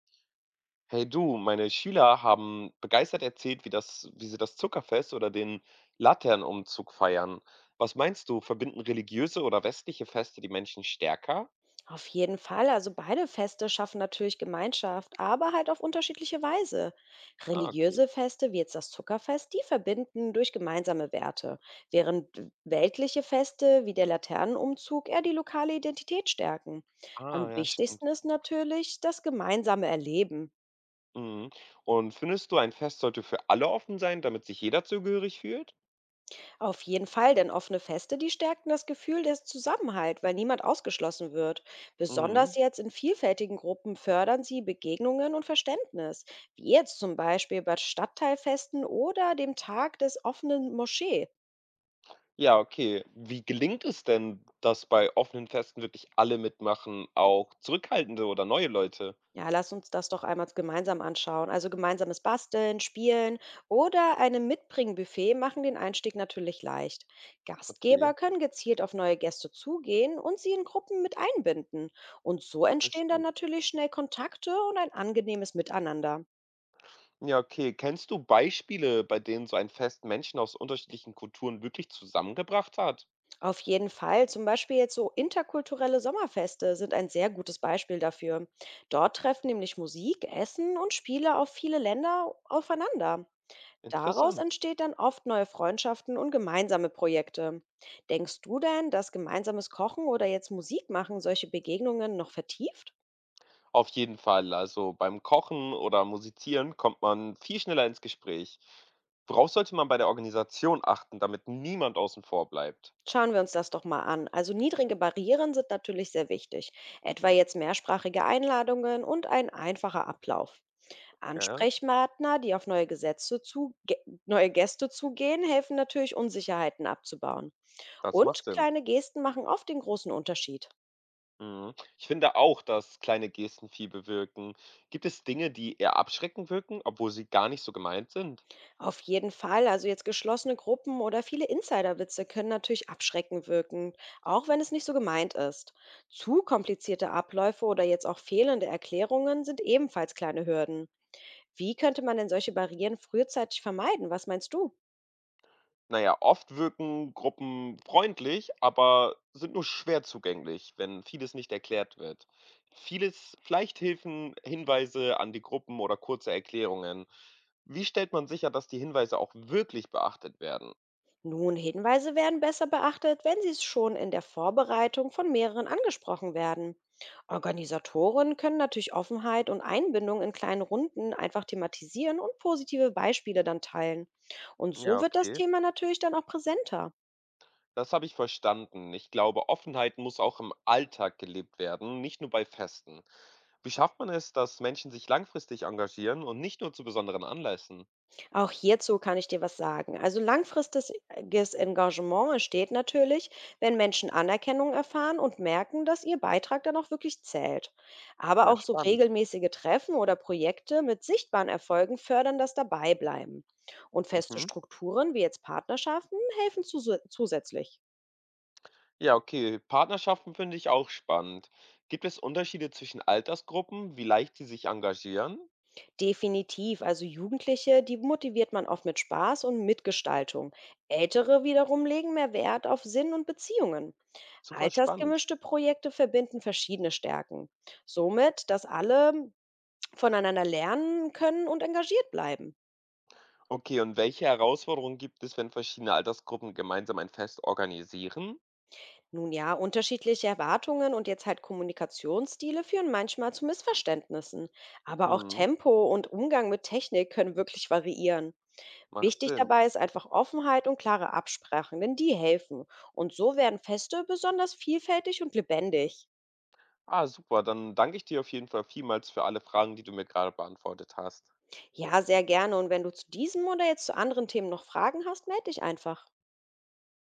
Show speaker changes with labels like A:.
A: Hey du, meine Schüler haben begeistert erzählt, wie sie das Zuckerfest oder den Laternenumzug feiern. Was meinst du, verbinden religiöse oder westliche Feste die Menschen stärker?
B: Auf jeden Fall. Also beide Feste schaffen natürlich Gemeinschaft, aber halt auf unterschiedliche Weise.
A: Ah, okay.
B: Religiöse Feste wie jetzt das Zuckerfest, die verbinden durch gemeinsame Werte, während weltliche Feste wie der Laternenumzug eher die lokale Identität stärken.
A: Ah,
B: Am
A: ja, stimmt.
B: wichtigsten ist natürlich das gemeinsame Erleben.
A: Mhm. Und findest du, ein Fest sollte für alle offen sein, damit sich jeder zugehörig fühlt?
B: Auf jeden Fall, denn offene Feste, die stärken das Gefühl des Zusammenhalt, weil niemand ausgeschlossen wird.
A: Mhm.
B: Besonders jetzt in vielfältigen Gruppen fördern sie Begegnungen und Verständnis, wie jetzt zum Beispiel bei Stadtteilfesten oder dem Tag des offenen Moschee.
A: Ja, okay. Wie gelingt es denn, dass bei offenen Festen wirklich alle mitmachen, auch zurückhaltende oder neue Leute?
B: Ja, lass uns das doch einmal gemeinsam anschauen. Also gemeinsames Basteln, Spielen oder einem Mitbringbuffet machen den Einstieg natürlich leicht.
A: Okay,
B: Gastgeber können gezielt auf neue Gäste zugehen und sie in Gruppen mit einbinden. Und so entstehen dann
A: verstehe.
B: natürlich schnell Kontakte und ein angenehmes Miteinander.
A: Ja, okay. Kennst du Beispiele, bei denen so ein Fest Menschen aus unterschiedlichen Kulturen wirklich zusammengebracht hat?
B: Auf jeden Fall, zum Beispiel jetzt so interkulturelle Sommerfeste sind ein sehr gutes Beispiel dafür. Dort treffen nämlich Musik, Essen und Spiele auf viele Länder aufeinander. Daraus
A: Interessant.
B: entsteht dann oft neue Freundschaften und gemeinsame Projekte. Denkst du denn, dass gemeinsames Kochen oder jetzt Musik machen solche Begegnungen noch vertieft?
A: Auf jeden Fall. Also beim Kochen oder Musizieren kommt man viel schneller ins Gespräch. Worauf sollte man bei der Organisation achten, damit niemand außen vor bleibt?
B: Schauen wir uns das doch mal an. Also niedrige Barrieren sind natürlich sehr wichtig, etwa jetzt mehrsprachige Einladungen und ein einfacher Ablauf.
A: Ja,
B: Ansprechpartner, die auf neue, Gesetze zu, ge- neue Gäste zugehen, helfen natürlich, Unsicherheiten abzubauen.
A: das macht
B: Und
A: Sinn.
B: kleine Gesten machen oft den großen Unterschied.
A: Mhm. Ich finde auch, dass kleine Gesten viel bewirken. Gibt es Dinge, die eher abschreckend wirken, obwohl sie gar nicht so gemeint sind?
B: Auf jeden Fall. Also jetzt geschlossene Gruppen oder viele Insiderwitze können natürlich abschreckend wirken, auch wenn es nicht so gemeint ist. Zu komplizierte Abläufe oder jetzt auch fehlende Erklärungen sind ebenfalls kleine Hürden. Wie könnte man denn solche Barrieren frühzeitig vermeiden? Was meinst du?
A: Na ja, oft wirken Gruppen freundlich, aber sind nur schwer zugänglich, wenn vieles nicht erklärt wird. Vieles, vielleicht helfen Hinweise an die Gruppen oder kurze Erklärungen. Wie stellt man sicher, dass die Hinweise auch wirklich beachtet werden?
B: Nun, Hinweise werden besser beachtet, wenn sie schon in der Vorbereitung von mehreren angesprochen werden. Organisatoren können natürlich Offenheit und Einbindung in kleinen Runden einfach thematisieren und positive Beispiele dann teilen. Und
A: Ja,
B: so wird das
A: okay.
B: Thema natürlich dann auch präsenter.
A: Das habe ich verstanden. Ich glaube, Offenheit muss auch im Alltag gelebt werden, nicht nur bei Festen. Wie schafft man es, dass Menschen sich langfristig engagieren und nicht nur zu besonderen Anlässen?
B: Auch hierzu kann ich dir was sagen. Also langfristiges Engagement entsteht natürlich, wenn Menschen Anerkennung erfahren und merken, dass ihr Beitrag dann auch wirklich zählt. Aber
A: Ja,
B: auch so
A: spannend.
B: regelmäßige Treffen oder Projekte mit sichtbaren Erfolgen fördern das Dabeibleiben. Und feste
A: Mhm.
B: Strukturen wie jetzt Partnerschaften helfen zusätzlich.
A: Ja, okay. Partnerschaften finde ich auch spannend. Gibt es Unterschiede zwischen Altersgruppen, wie leicht sie sich engagieren?
B: Definitiv, also Jugendliche, die motiviert man oft mit Spaß und Mitgestaltung. Ältere wiederum legen mehr Wert auf Sinn und Beziehungen.
A: Super spannend.
B: Altersgemischte Projekte verbinden verschiedene Stärken, somit, dass alle voneinander lernen können und engagiert bleiben.
A: Okay, und welche Herausforderungen gibt es, wenn verschiedene Altersgruppen gemeinsam ein Fest organisieren?
B: Nun ja, unterschiedliche Erwartungen und jetzt halt Kommunikationsstile führen manchmal zu Missverständnissen, aber auch
A: Hm,
B: Tempo und Umgang mit Technik können wirklich variieren.
A: macht
B: Wichtig
A: Sinn.
B: dabei ist einfach Offenheit und klare Absprachen, denn die helfen. Und so werden Feste besonders vielfältig und lebendig.
A: Ah, super. Dann danke ich dir auf jeden Fall vielmals für alle Fragen, die du mir gerade beantwortet hast.
B: Ja, sehr gerne. Und wenn du zu diesem oder jetzt zu anderen Themen noch Fragen hast, melde dich einfach.